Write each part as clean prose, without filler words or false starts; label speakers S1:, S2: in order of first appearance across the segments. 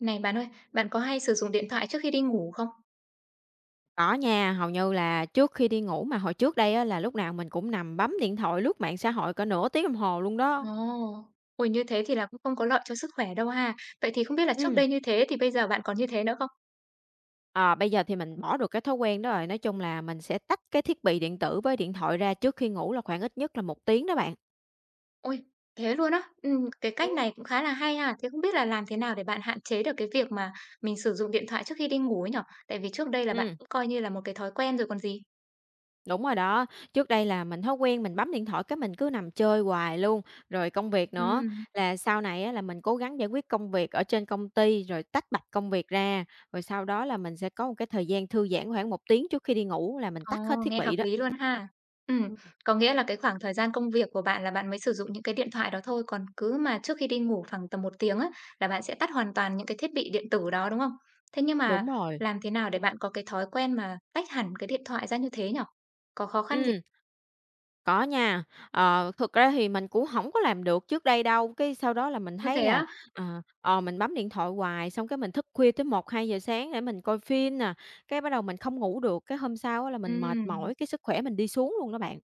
S1: Này bạn ơi, bạn có hay sử dụng điện thoại trước khi đi ngủ không?
S2: Có nha, hầu như là trước khi đi ngủ mà hồi trước đây á, là lúc nào mình cũng nằm bấm điện thoại lướt mạng xã hội cỡ nửa tiếng đồng hồ luôn
S1: Ồ,
S2: đó.
S1: ôi như thế thì là cũng không có lợi cho sức khỏe đâu ha. Vậy thì không biết là trước
S2: Ừ,
S1: đây như thế thì bây giờ bạn còn như thế nữa không?
S2: à bây giờ thì mình bỏ được cái thói quen đó rồi, nói chung là mình sẽ tách cái thiết bị điện tử với điện thoại ra trước khi ngủ là khoảng ít nhất là một tiếng đó bạn.
S1: Ôi, thế luôn á. Cái cách
S2: Ừ.
S1: này cũng khá là hay ha. Thế không biết là làm thế nào để bạn hạn chế được cái việc mà mình sử dụng điện thoại trước khi đi ngủ ấy nhở? Tại vì trước đây là bạn
S2: Ừm.
S1: cũng coi như là một cái thói quen rồi còn gì.
S2: Đúng rồi đó, trước đây là mình thói quen mình bấm điện thoại cái mình cứ nằm chơi hoài luôn, rồi công việc nữa
S1: Ừm.
S2: là sau này á là mình cố gắng giải quyết công việc ở trên công ty rồi tách bạch công việc ra, rồi sau đó là mình sẽ có một cái thời gian thư giãn khoảng một tiếng trước khi đi ngủ là mình tắt hết
S1: Ồ,
S2: thiết
S1: nghe hợp
S2: bị đó.
S1: lý luôn ha. Ừm,
S2: Ừm,
S1: có nghĩa là cái khoảng thời gian công việc của bạn là bạn mới sử dụng những cái điện thoại đó thôi, còn cứ mà trước khi đi ngủ khoảng tầm một tiếng á, là bạn sẽ tắt hoàn toàn những cái thiết bị điện tử đó, đúng không? Thế nhưng mà
S2: đúng rồi.
S1: làm thế nào để bạn có cái thói quen mà tách hẳn cái điện thoại ra như thế nhở? Có khó khăn gì
S2: Ừm. Có nha, thực ra thì mình cũng hổng có làm được trước đây đâu, cái sau đó là mình
S1: như
S2: thấy
S1: thế
S2: là,
S1: á?
S2: mình bấm điện thoại hoài, xong cái mình thức khuya tới một hai giờ sáng để mình coi phim nè, cái bắt đầu mình không ngủ được, cái hôm sau á là mình mệt
S1: Ừm.
S2: mỏi, cái sức khỏe mình đi xuống luôn đó bạn.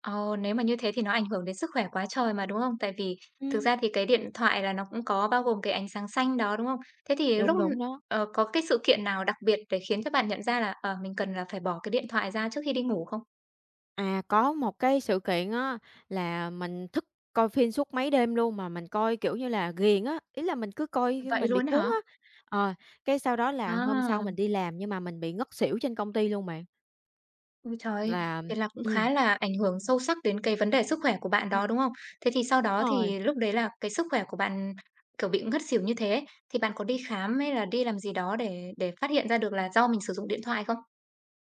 S1: Ồ, nếu mà như thế thì nó ảnh hưởng đến sức khỏe quá trời mà, đúng không? Tại vì thực
S2: Ừm,
S1: ra thì cái điện thoại là nó cũng có bao gồm cái ánh sáng xanh đó, đúng không? Thế thì
S2: đúng, đúng đó.
S1: có cái sự kiện nào đặc biệt để khiến cho bạn nhận ra là, ờ, mình cần là phải bỏ cái điện thoại ra trước khi đi ngủ không?
S2: À, có một cái sự kiện á là mình thức coi phim suốt mấy đêm luôn, mà mình coi, kiểu như là, ghiền á, ý là mình cứ coi
S1: Vậy
S2: mình bị
S1: luôn
S2: cuốn
S1: hả?
S2: á. Ờ, cái sau đó là hôm sau
S1: À,
S2: mình đi làm nhưng mà mình bị ngất xỉu trên công ty luôn bạn,
S1: ôi trời!
S2: là
S1: Thế là cũng
S2: ừm,
S1: khá là ảnh hưởng sâu sắc đến cái vấn đề sức khỏe của bạn
S2: ừm,
S1: đó, đúng không? Thế thì sau
S2: đúng
S1: đó
S2: rồi.
S1: thì lúc đấy là cái sức khỏe của bạn, kiểu, bị ngất xỉu như thế ấy, thì bạn có đi khám hay là đi làm gì đó để phát hiện ra được là do mình sử dụng điện thoại không?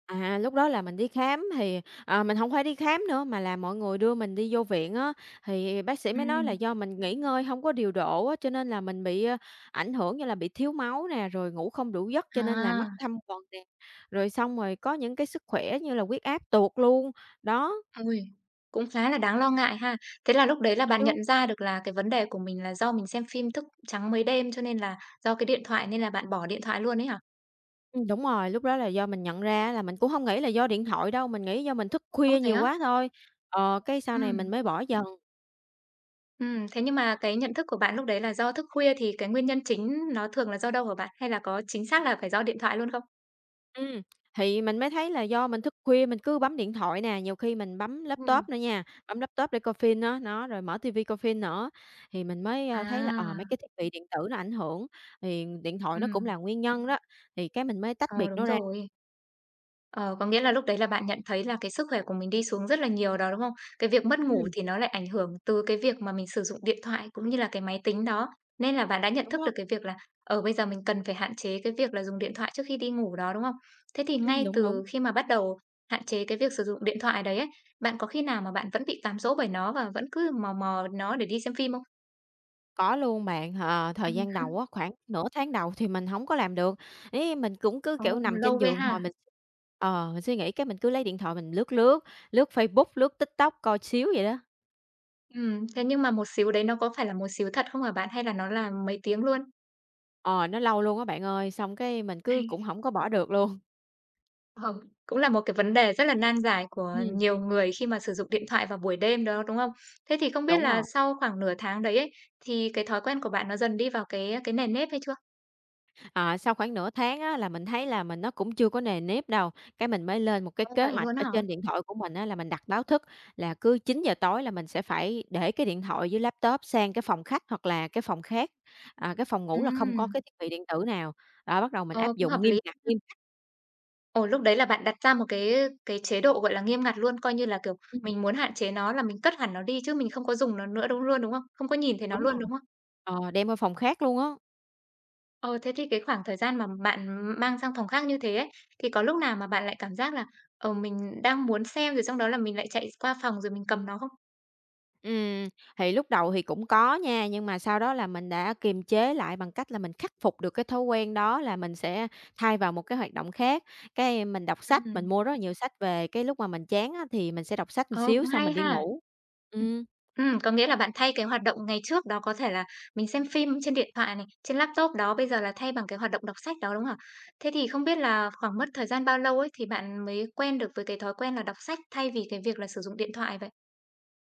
S2: À, lúc đó là mình đi khám thì, mình hổng phải đi khám nữa mà là mọi người đưa mình đi vô viện á, thì bác sĩ mới nói là
S1: Ừm.
S2: do mình nghỉ ngơi hông có điều độ á, cho nên là mình bị, ảnh hưởng như là bị thiếu máu nè, rồi ngủ không đủ giấc cho nên là
S1: À,
S2: mắt thâm quầng nè, rồi xong rồi có những cái sức khỏe như là huyết áp tụt luôn. Đó,
S1: ui cũng khá là đáng lo ngại ha. Thế là lúc đấy là bạn
S2: chứ
S1: nhận ra được là cái vấn đề của mình là do mình xem phim thức trắng mấy đêm, cho nên là do cái điện thoại nên là bạn bỏ điện thoại luôn ấy hả?
S2: đúng rồi, lúc đó là do mình nhận ra á là mình cũng hông nghĩ là do điện thoại đâu, mình nghĩ do mình thức
S1: Ô,
S2: khuya
S1: thế
S2: nhiều
S1: á?
S2: quá thôi. Ờ, cái sau này mình
S1: Ừm,
S2: mới bỏ dần.
S1: thế nhưng mà cái nhận thức của bạn lúc đấy là do thức khuya thì cái nguyên nhân chính nó thường là do đâu hả bạn? Hay là có chính xác là phải do điện thoại luôn không?
S2: Ừm, thì mình mới thấy là do mình thức khuya mình cứ bấm điện thoại nè, nhiều khi mình bấm
S1: Ừ.
S2: laptop nữa nha, bấm laptop để coi phim á, nó, rồi mở tivi coi phim nữa. Thì mình mới, thấy là, mấy
S1: À,
S2: cái thiết bị điện tử nó ảnh hưởng, thì điện thoại nó cũng
S1: ừm,
S2: là nguyên nhân đó, thì cái mình mới tách
S1: ờ,
S2: biệt
S1: đúng
S2: nó ra.
S1: rồi. Ờ, có nghĩa là lúc đấy là bạn nhận thấy là cái sức khỏe của mình đi xuống rất là nhiều đó, đúng không? Cái việc mất ngủ
S2: Ừm,
S1: thì nó lại ảnh hưởng từ cái việc mà mình sử dụng điện thoại cũng như là cái máy tính đó. Nên là bạn đã nhận
S2: đúng
S1: thức
S2: đó,
S1: được cái việc là ở bây giờ mình cần phải hạn chế cái việc là dùng điện thoại trước khi đi ngủ đó, đúng không? Thế thì ngay
S2: đúng, đúng.
S1: từ khi mà bắt đầu hạn chế cái việc sử dụng điện thoại đấy ấy, bạn có khi nào mà bạn vẫn bị cám dỗ bởi nó và vẫn cứ mò mò nó để đi xem phim không?
S2: Có luôn bạn,
S1: Ừ.
S2: thời gian đầu á, khoảng nửa tháng đầu thì mình không có làm được, ấy, mình cũng cứ,
S1: Ồ,
S2: kiểu, nằm
S1: lâu
S2: trên
S1: ghê
S2: giường hồi
S1: ha.
S2: mình mình suy nghĩ cái mình cứ lấy điện thoại mình lướt lướt, lướt Facebook, lướt TikTok coi xíu vậy đó.
S1: Ừ, thế nhưng mà một xíu đấy nó có phải là một xíu thật không hả bạn hay là nó là mấy tiếng luôn?
S2: Ờ, nó lâu luôn á bạn ơi, xong cái mình cứ cũng hổng có bỏ được luôn.
S1: Ờ, cũng là một cái vấn đề rất là nan giải của
S2: Ừm,
S1: nhiều người khi mà sử dụng điện thoại vào buổi đêm đó, đúng không? Thế thì không biết
S2: đúng
S1: là
S2: rồi.
S1: sau khoảng nửa tháng đấy ấy, thì cái thói quen của bạn nó dần đi vào cái nền nếp hay chưa?
S2: Ờ, sau khoảng nửa tháng á là mình thấy là mình nó cũng chưa có nề nếp đâu, cái mình mới lên một cái
S1: Ơ,
S2: kế
S1: vậy
S2: hoạch
S1: luôn á
S2: ở
S1: hả?
S2: trên điện thoại của mình á là mình đặt báo thức là cứ 9 giờ tối là mình sẽ phải để cái điện thoại với laptop sang cái phòng khách hoặc là cái phòng khác, à, cái phòng ngủ là không có
S1: Ừm,
S2: cái thiết bị điện tử nào. Đó, bắt đầu mình
S1: ờ,
S2: áp
S1: cũng hợp
S2: dụng nghiêm
S1: lý.
S2: ngặt, nghiêm
S1: Ồ, lúc đấy là bạn đặt ra một cái chế độ, gọi là, nghiêm ngặt luôn, coi như là, kiểu,
S2: ừm,
S1: mình muốn hạn chế nó là mình cất hẳn nó đi chứ mình không có dùng nó nữa đúng luôn, đúng không? Không có nhìn thấy nó
S2: đúng
S1: luôn,
S2: rồi,
S1: đúng không?
S2: đem qua phòng khác luôn á.
S1: Ờ, thế thì cái khoảng thời gian mà bạn mang sang phòng khác như thế ấy, thì có lúc nào mà bạn lại cảm giác là, ờ, mình đang muốn xem rồi xong đó là mình lại chạy qua phòng rồi mình cầm nó không?
S2: Ừm, thì lúc đầu thì cũng có nha, nhưng mà sau đó là mình đã kiềm chế lại bằng cách là mình khắc phục được cái thói quen đó là mình sẽ thay vào một cái hoạt động khác. Cái mình đọc
S1: Ừ.
S2: sách, mình mua rất là nhiều sách về, cái lúc mà mình chán á thì mình sẽ đọc sách một
S1: Ờ, cũng
S2: xíu xong
S1: hay
S2: mình đi
S1: ha.
S2: ngủ.
S1: Ừ.
S2: Ừm,
S1: Có nghĩa là bạn thay cái hoạt động ngày trước đó có thể là mình xem phim trên điện thoại này, trên laptop đó, bây giờ là thay bằng cái hoạt động đọc sách đó, đúng không ạ? Thế thì không biết là khoảng mất thời gian bao lâu ấy thì bạn mới quen được với cái thói quen là đọc sách thay vì cái việc là sử dụng điện thoại vậy?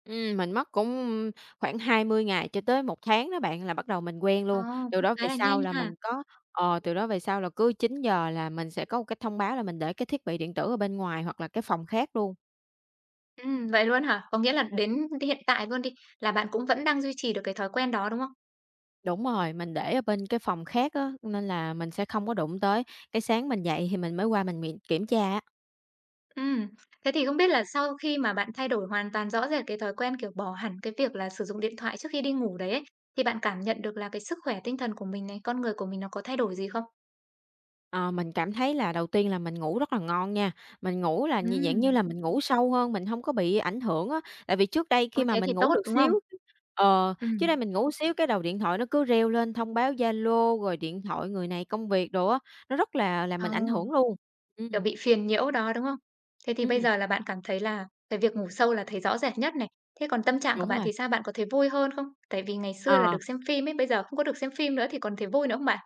S2: mình mất cũng khoảng 20 ngày cho tới một tháng đó bạn là bắt đầu mình quen
S1: Ờ,
S2: luôn. Từ
S1: cũng
S2: đó
S1: khá
S2: về
S1: là nhanh
S2: sau là mình
S1: ha.
S2: có từ đó về sau là cứ 9 giờ là mình sẽ có một cái thông báo là mình để cái thiết bị điện tử ở bên ngoài hoặc là cái phòng khác luôn.
S1: Vậy luôn hả? Có nghĩa là đến hiện tại luôn đi, là bạn cũng vẫn đang duy trì được cái thói quen đó, đúng không?
S2: Đúng rồi, mình để ở bên cái phòng khác á, nên là mình sẽ không có đụng tới. Cái sáng mình dậy thì mình mới qua mình miện kiểm tra á.
S1: Ừm, thế thì không biết là sau khi mà bạn thay đổi hoàn toàn rõ rệt cái thói quen, kiểu, bỏ hẳn cái việc là sử dụng điện thoại trước khi đi ngủ đấy ấy, thì bạn cảm nhận được là cái sức khỏe tinh thần của mình này, con người của mình nó có thay đổi gì không?
S2: Ờ, mình cảm thấy là đầu tiên là mình ngủ rất là ngon nha, mình ngủ là như dạng như
S1: Ừm,
S2: là mình ngủ sâu hơn, mình không có bị ảnh hưởng á. Tại vì trước đây khi
S1: ôi,
S2: mà
S1: thế thì
S2: mình ngủ
S1: tốt,
S2: được
S1: đúng không?
S2: xíu trước đây
S1: Ừm,
S2: mình ngủ xíu cái đầu điện thoại nó cứ reo lên thông báo Zalo, rồi điện thoại người này công việc đồ á, nó rất là
S1: ờ.
S2: mình ảnh hưởng luôn. Ừm,
S1: Kiểu, bị phiền nhiễu đó, đúng không? Thế thì bây
S2: ừm,
S1: giờ là bạn cảm thấy là cái việc ngủ sâu là thấy rõ rệt nhất này. Thế còn tâm trạng của
S2: đúng
S1: bạn
S2: rồi.
S1: thì sao? Bạn có thấy vui hơn không? Tại vì ngày xưa là
S2: Ờ.
S1: được xem phim ấy, bây giờ không có được xem phim nữa thì còn thấy vui nữa không bạn?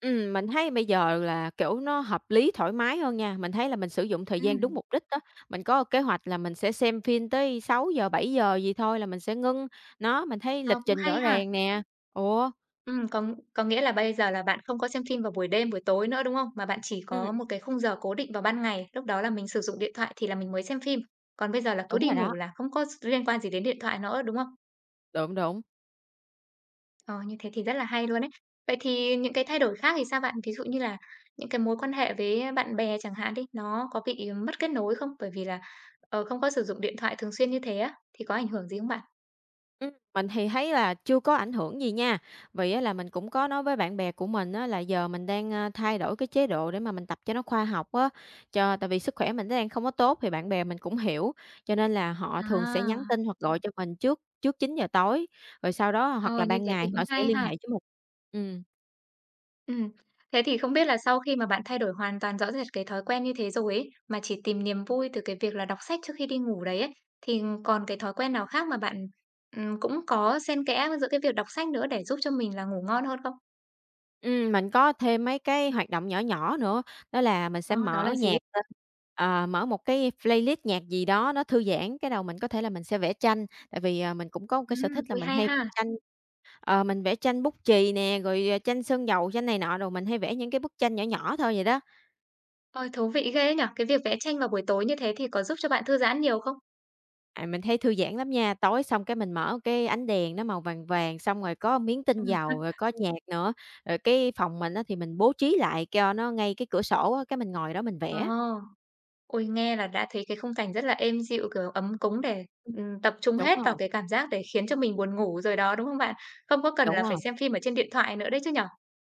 S2: Mình thấy bây giờ là, kiểu, nó hợp lý, thoải mái hơn nha. Mình thấy là mình sử dụng thời
S1: Ừ,
S2: gian đúng mục đích á. Mình có kế hoạch là mình sẽ xem phim tới 6 giờ 7 giờ gì thôi là mình sẽ ngưng. Nó, mình thấy lịch
S1: ờ, cũng
S2: trình
S1: hay
S2: rõ
S1: ha.
S2: ràng nè. Ủa,
S1: Ừm, có có nghĩa là bây giờ là bạn không có xem phim vào buổi đêm, buổi tối nữa, đúng không? Mà bạn chỉ
S2: ừm,
S1: có một cái khung giờ cố định vào ban ngày, lúc đó là mình sử dụng điện thoại thì là mình mới xem phim. Còn bây giờ là cứ
S2: đúng
S1: đi
S2: rồi
S1: ngủ
S2: đó,
S1: là không có liên quan gì đến điện thoại nữa, đúng không?
S2: đúng, đúng.
S1: Ờ, như thế thì rất là hay luôn ấy. Vậy thì những cái thay đổi khác thì sao bạn? Ví dụ như là những cái mối quan hệ với bạn bè chẳng hạn đi, nó có bị mất kết nối không? Bởi vì là, ờ, không có sử dụng điện thoại thường xuyên như thế á, thì có ảnh hưởng gì không bạn?
S2: Mình thì thấy là chưa có ảnh hưởng gì nha, vì á là mình cũng có nói với bạn bè của mình á là giờ mình đang, thay đổi cái chế độ để mà mình tập cho nó khoa học á, cho tại vì sức khỏe mình đang không có tốt thì bạn bè mình cũng hiểu, cho nên là họ thường sẽ
S1: À,
S2: nhắn tin hoặc gọi cho mình trước trước 9 giờ tối, rồi sau đó hoặc
S1: ờ,
S2: là
S1: như
S2: ban
S1: thế thì
S2: ngày
S1: cũng
S2: họ sẽ
S1: hay
S2: liên hệ
S1: ha.
S2: với mình. Ừm.
S1: Ừm. Thế thì không biết là sau khi mà bạn thay đổi hoàn toàn rõ rệt cái thói quen như thế rồi ấy, mà chỉ tìm niềm vui từ cái việc là đọc sách trước khi đi ngủ đấy ấy, thì còn cái thói quen nào khác mà bạn, cũng có xen kẽ giữa cái việc đọc sách nữa để giúp cho mình là ngủ ngon hơn không?
S2: Mình có thêm mấy cái hoạt động nhỏ nhỏ nữa, đó là mình sẽ
S1: Đó, đó
S2: mở
S1: là gì?
S2: nhạc lên, mở một cái playlist nhạc gì đó nó thư giãn, cái đầu mình có thể là mình sẽ vẽ tranh, tại vì, mình cũng có một cái sở thích là
S1: Ui,
S2: mình
S1: hay
S2: hay
S1: ha!
S2: vẽ tranh, mình vẽ tranh bút chì nè, rồi, tranh sơn dầu, tranh này nọ, rồi mình hay vẽ những cái bức tranh nhỏ nhỏ thôi vậy đó.
S1: Ôi, thú vị ghê nhỉ! Cái việc vẽ tranh vào buổi tối như thế thì có giúp cho bạn thư giãn nhiều không?
S2: À, mình thấy thư giãn lắm nha, tối xong cái mình mở cái ánh đèn nó màu vàng vàng, xong rồi có miếng tinh
S1: Ừm.
S2: dầu, rồi có nhạc nữa, rồi cái phòng mình á thì mình bố trí lại cho nó ngay cái cửa sổ á, cái mình ngồi đó mình
S1: Ờ,
S2: vẽ.
S1: ôi, nghe là đã thấy cái khung cảnh rất là êm dịu, kiểu, ấm cúng để,
S2: Ừm,
S1: tập trung
S2: đúng
S1: hết vào
S2: rồi.
S1: cái cảm giác để khiến cho mình buồn ngủ rồi đó, đúng không bạn? Không có cần là
S2: Đúng
S1: phải
S2: rồi,
S1: xem phim ở trên điện thoại nữa đấy chứ nhỉ?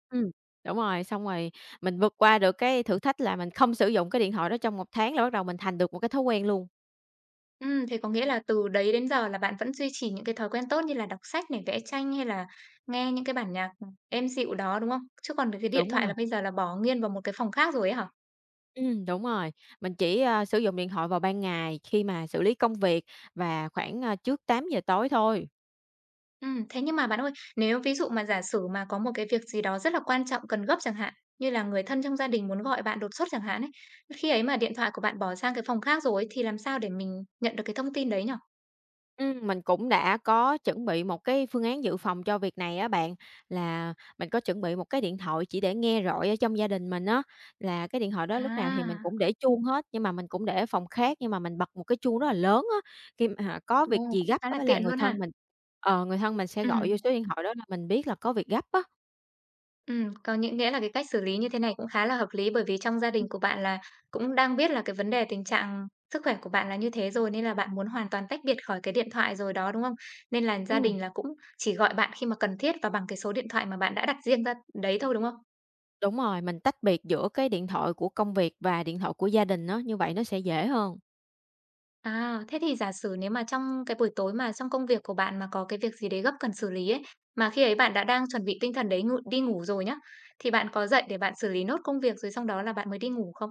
S2: ừm, đúng rồi, xong rồi mình vượt qua được cái thử thách là mình không sử dụng cái điện thoại đó trong một tháng là bắt đầu mình thành được một cái thói quen luôn.
S1: Thế có nghĩa là từ đấy đến giờ là bạn vẫn duy trì những cái thói quen tốt như là đọc sách này, vẽ tranh hay là nghe những cái bản nhạc, êm dịu đó, đúng không? Chứ còn cái điện
S2: Đúng
S1: thoại là
S2: rồi,
S1: bây giờ là bỏ nghiêng vào một cái phòng khác rồi ấy hả?
S2: đúng rồi, mình chỉ, sử dụng điện thoại vào ban ngày khi mà xử lý công việc và khoảng, trước 8 giờ tối thôi.
S1: Thế nhưng mà bạn ơi, nếu ví dụ mà giả sử mà có một cái việc gì đó rất là quan trọng cần gấp chẳng hạn, như là người thân trong gia đình muốn gọi bạn đột xuất chẳng hạn ấy, khi ấy mà điện thoại của bạn bỏ sang cái phòng khác rồi ấy, thì làm sao để mình nhận được cái thông tin đấy nhở?
S2: Mình cũng đã có chuẩn bị một cái phương án dự phòng cho việc này á bạn, là mình có chuẩn bị một cái điện thoại chỉ để nghe rọi ở trong gia đình mình á, là cái điện thoại đó lúc nào thì mình
S1: À,
S2: cũng để chuông hết, nhưng mà mình cũng để ở phòng khác, nhưng mà mình bật một cái chuông rất là lớn á, khi mà có việc
S1: ồ,
S2: gì
S1: cũng
S2: gấp
S1: khá là
S2: á là
S1: tiện
S2: người
S1: luôn hả.
S2: thân mình người thân mình sẽ gọi vô
S1: Ừm.
S2: số điện thoại đó là mình biết là có việc gấp á.
S1: Có nghĩa là cái cách xử lý như thế này cũng khá là hợp lý bởi vì trong gia đình
S2: Ừm.
S1: của bạn là cũng đang biết là cái vấn đề tình trạng sức khỏe của bạn là như thế rồi nên là bạn muốn hoàn toàn tách biệt khỏi cái điện thoại rồi đó, đúng không? Nên là gia
S2: Ừm,
S1: đình là cũng chỉ gọi bạn khi mà cần thiết và bằng cái số điện thoại mà bạn đã đặt riêng ra đấy thôi, đúng không?
S2: đúng rồi, mình tách biệt giữa cái điện thoại của công việc và điện thoại của gia đình á, như vậy nó sẽ dễ hơn.
S1: À, thế thì giả sử nếu mà trong cái buổi tối mà trong công việc của bạn mà có cái việc gì đấy gấp cần xử lý ấy, mà khi ấy bạn đã đang chuẩn bị tinh thần đấy ngự đi ngủ rồi nhá, thì bạn có dậy để bạn xử lý nốt công việc rồi sau đó là bạn mới đi ngủ không?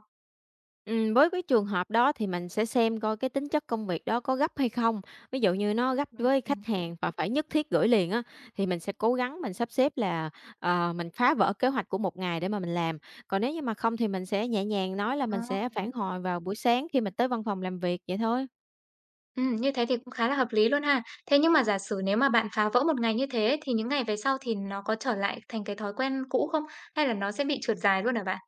S2: Với cái trường hợp đó thì mình sẽ xem coi cái tính chất công việc đó có gấp hay không. Ví dụ như nó gấp
S1: Ừm.
S2: với khách hàng và phải nhất thiết gửi liền á, thì mình sẽ cố gắng mình sắp xếp là, mình phá vỡ kế hoạch của một ngày để mà mình làm. Còn nếu như mà không thì mình sẽ nhẹ nhàng nói là
S1: Ờ.
S2: mình sẽ phản hồi vào buổi sáng khi mình tới văn phòng làm việc vậy thôi.
S1: Như thế thì cũng khá là hợp lý luôn ha. Thế nhưng mà giả sử nếu mà bạn phá vỡ một ngày như thế thì những ngày về sau thì nó có trở lại thành cái thói quen cũ không? Hay là nó sẽ bị trượt dài luôn hả bạn?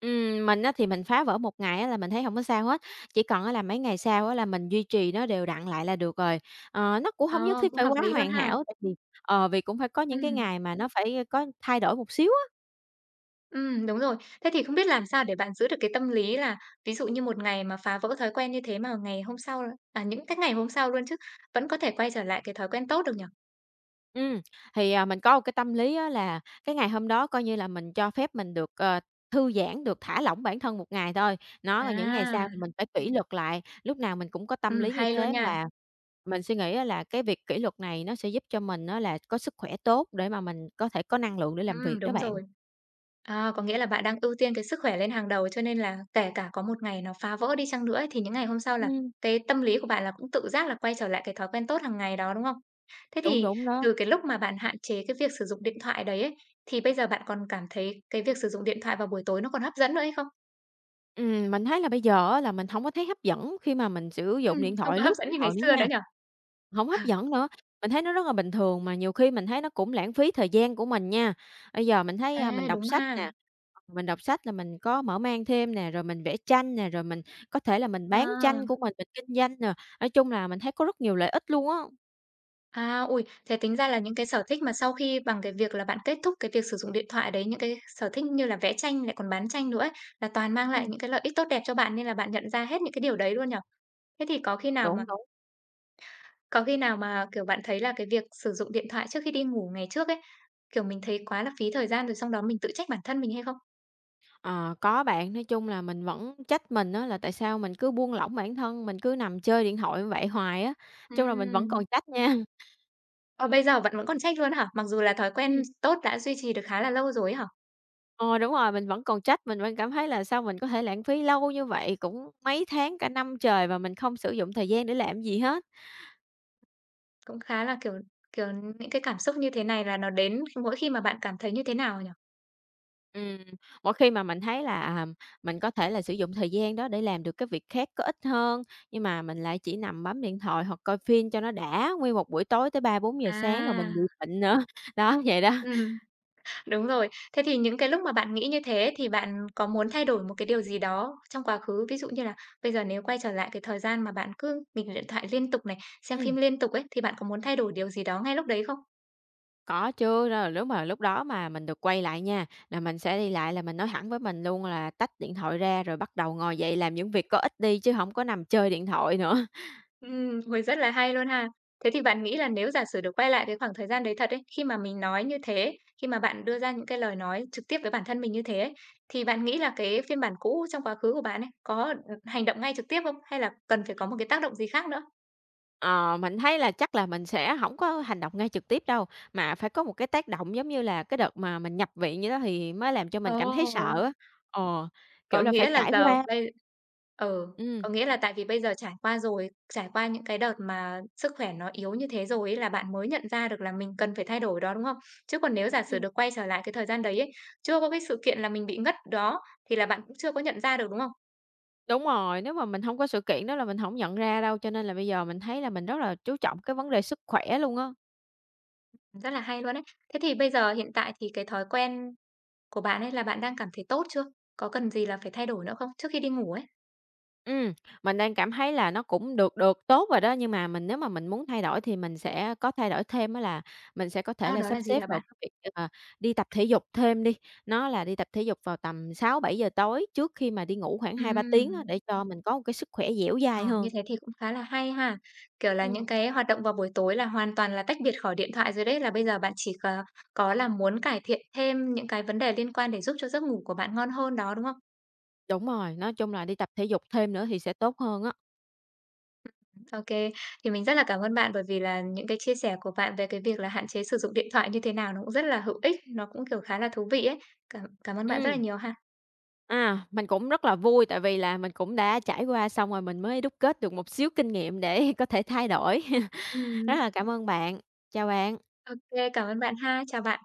S2: Mình á thì mình phá vỡ một ngày á là mình thấy hổng có sao hết, chỉ cần á là mấy ngày sau á là mình duy trì nó đều đặn lại là được rồi. Nó cũng hông nhất
S1: Ờ,
S2: thiết
S1: cũng
S2: phải
S1: hợp
S2: quá
S1: lý luôn
S2: hoàn
S1: ha.
S2: hảo tại vì, ờ, vì cũng phải có những cái
S1: Ừm,
S2: ngày mà nó phải có thay đổi một xíu.
S1: đúng rồi. Thế thì không biết làm sao để bạn giữ được cái tâm lý là ví dụ như một ngày mà phá vỡ thói quen như thế mà ngày hôm sau à, những cái ngày hôm sau luôn chứ vẫn có thể quay trở lại cái thói quen tốt được nhỉ?
S2: Ừm, thì, mình có một cái tâm lý á là cái ngày hôm đó coi như là mình cho phép mình được, thư giãn, được thả lỏng bản thân một ngày thôi. Rồi những ngày
S1: À,
S2: sau thì mình phải kỷ luật lại, lúc nào mình cũng có tâm lý như
S1: hay luôn
S2: thế,
S1: nha.
S2: và mình suy nghĩ á là cái việc kỷ luật này nó sẽ giúp cho mình á là có sức khỏe tốt để mà mình có thể có năng lượng để làm việc đó
S1: Đúng
S2: bạn.
S1: rồi. À, có nghĩa là bạn đang ưu tiên cái sức khỏe lên hàng đầu, cho nên là kể cả có một ngày nó phá vỡ đi chăng nữa ấy, thì những ngày hôm sau là
S2: Ừm,
S1: cái tâm lý của bạn là cũng tự giác là quay trở lại cái thói quen tốt hàng ngày đó, đúng không? Thế
S2: Đúng,
S1: thì
S2: đúng đó.
S1: từ cái lúc mà bạn hạn chế cái việc sử dụng điện thoại đấy ấy, thì bây giờ bạn còn cảm thấy cái việc sử dụng điện thoại vào buổi tối nó còn hấp dẫn nữa hay không?
S2: Mình thấy là bây giờ á là mình hổng có thấy hấp dẫn khi mà mình sử
S1: Ừm,
S2: dụng điện
S1: không
S2: thoại,
S1: có hấp
S2: lướt
S1: dẫn
S2: điện
S1: như ngày
S2: thoại nữa
S1: xưa nữa
S2: nha.
S1: nhỉ?
S2: Hổng hấp dẫn nữa, mình thấy nó rất là bình thường, mà nhiều khi mình thấy nó cũng lãng phí thời gian của mình nha. Bây giờ mình thấy, mình
S1: À,
S2: đọc
S1: đúng
S2: sách
S1: ha.
S2: nè, mình đọc sách là mình có mở mang thêm nè, rồi mình vẽ tranh nè, rồi mình có thể là mình bán
S1: À.
S2: tranh của mình kinh doanh nè. Nói chung là mình thấy có rất nhiều lợi ích luôn á.
S1: À, ui thế tính ra là những cái sở thích mà sau khi bằng cái việc là bạn kết thúc cái việc sử dụng điện thoại đấy, những cái sở thích như là vẽ tranh lại còn bán tranh nữa ấy, là toàn mang lại
S2: Ừm,
S1: những cái lợi ích tốt đẹp cho bạn nên là bạn nhận ra hết những cái điều đấy luôn nhở. Thế thì có khi nào mà
S2: Đúng, đúng.
S1: có khi nào mà, kiểu, bạn thấy là cái việc sử dụng điện thoại trước khi đi ngủ ngày trước ấy, kiểu, mình thấy quá là phí thời gian rồi xong đó mình tự trách bản thân mình hay không?
S2: Ờ, có bạn, nói chung là mình vẫn trách mình á là tại sao mình cứ buông lỏng bản thân, mình cứ nằm chơi điện thoại như vậy hoài á. Nói chung là mình vẫn
S1: Ừm.
S2: còn trách nha.
S1: Ờ, bây giờ bạn vẫn còn trách luôn hả? Mặc dù là thói quen
S2: Ừm.
S1: tốt đã duy trì được khá là lâu rồi ấy hả?
S2: Ờ, Đúng rồi, mình vẫn còn trách, mình vẫn cảm thấy là sao mình có thể lãng phí lâu như vậy, cũng mấy tháng, cả năm trời mà mình không sử dụng thời gian để làm gì hết.
S1: Cũng khá là, kiểu, kiểu, những cái cảm xúc như thế này là nó đến mỗi khi mà bạn cảm thấy như thế nào nhỉ?
S2: Ừm, Mỗi khi mà mình thấy là, mình có thể là sử dụng thời gian đó để làm được cái việc khác có ích hơn, nhưng mà mình lại chỉ nằm bấm điện thoại hoặc coi phim cho nó đã, nguyên một buổi tối tới 3 4 giờ sáng rồi
S1: À,
S2: mình bị bệnh nữa. Đó, vậy đó.
S1: ừm, đúng rồi. Thế thì những cái lúc mà bạn nghĩ như thế thì bạn có muốn thay đổi một cái điều gì đó trong quá khứ? Ví dụ như là bây giờ nếu quay trở lại cái thời gian mà bạn cứ nghịch điện thoại liên tục này, xem phim
S2: Ừm.
S1: liên tục ấy, thì bạn có muốn thay đổi điều gì đó ngay lúc đấy không?
S2: Có chứ, ra là nếu mà lúc đó mà mình được quay lại nha, là mình sẽ đi lại là mình nói hẳn với mình luôn là tách điện thoại ra, rồi bắt đầu ngồi dậy làm những việc có ích đi chứ không có nằm chơi điện thoại nữa.
S1: Ôi, rất là hay luôn ha! Thế thì bạn nghĩ là nếu giả sử được quay lại cái khoảng thời gian đấy thật ấy, khi mà mình nói như thế, khi mà bạn đưa ra những cái lời nói trực tiếp với bản thân mình như thế ấy, thì bạn nghĩ là cái phiên bản cũ trong quá khứ của bạn ấy, có, hành động ngay trực tiếp không? Hay là cần phải có một cái tác động gì khác nữa?
S2: Ờ, mình thấy là chắc là mình sẽ không có hành động ngay trực tiếp đâu, mà phải có một cái tác động giống như là cái đợt mà mình nhập viện như đó thì mới làm cho mình cảm thấy
S1: Ồ!
S2: sợ á. Ờ, Kiểu
S1: Có
S2: là, phải
S1: nghĩa là
S2: trải
S1: giờ
S2: qua
S1: bây ừ,
S2: ừm,
S1: có nghĩa là tại vì bây giờ trải qua rồi, trải qua những cái đợt mà sức khỏe nó yếu như thế rồi ấy là bạn mới nhận ra được là mình cần phải thay đổi đó, đúng không? Chứ còn nếu giả sử
S2: ừm,
S1: được quay trở lại cái thời gian đấy ấy, chưa có cái sự kiện là mình bị ngất đó thì là bạn cũng chưa có nhận ra được, đúng không?
S2: đúng rồi, nếu mà mình không có sự kiện đó là mình không nhận ra đâu, cho nên là bây giờ mình thấy là mình rất là chú trọng cái vấn đề sức khỏe luôn á.
S1: Rất là hay luôn ấy. Thế thì bây giờ hiện tại thì cái thói quen của bạn ấy là bạn đang cảm thấy tốt chưa? Có cần gì là phải thay đổi nữa không? Trước khi đi ngủ ấy.
S2: Ừm, mình đang cảm thấy là nó cũng được được, tốt rồi đó, nhưng mà mình, nếu mà mình muốn thay đổi thì mình sẽ có thay đổi thêm, đó là mình sẽ có thể
S1: À,
S2: là
S1: đó
S2: sắp
S1: là gì
S2: xếp
S1: hả
S2: vào
S1: bạn?
S2: cái việc, đi tập thể dục thêm đi. Nó là đi tập thể dục vào tầm 6 7 giờ tối trước khi mà đi ngủ khoảng 2 3 tiếng á,
S1: Ừm.
S2: để cho mình có một cái sức khỏe dẻo
S1: Ờ,
S2: dai
S1: như
S2: hơn.
S1: thế thì cũng khá là hay ha. Kiểu là
S2: Ừm,
S1: những cái hoạt động vào buổi tối là hoàn toàn là tách biệt khỏi điện thoại rồi đấy, là bây giờ bạn chỉ có là muốn cải thiện thêm những cái vấn đề liên quan để giúp cho giấc ngủ của bạn ngon hơn đó, đúng không?
S2: Đúng rồi, nói chung là đi tập thể dục thêm nữa thì sẽ tốt hơn á.
S1: Ô, thì mình rất là cảm ơn bạn bởi vì là những cái chia sẻ của bạn về cái việc là hạn chế sử dụng điện thoại như thế nào nó cũng rất là hữu ích, nó cũng, kiểu, khá là thú vị ấy. Cảm cảm ơn bạn rất là
S2: Ừm.
S1: nhiều ha.
S2: À, mình cũng rất là vui tại vì là mình cũng đã trải qua xong rồi mình mới đúc kết được một xíu kinh nghiệm để có thể thay đổi. Rất
S1: Ừm,
S2: là cảm ơn bạn. Chào bạn.
S1: ô, cảm ơn bạn ha. Chào bạn.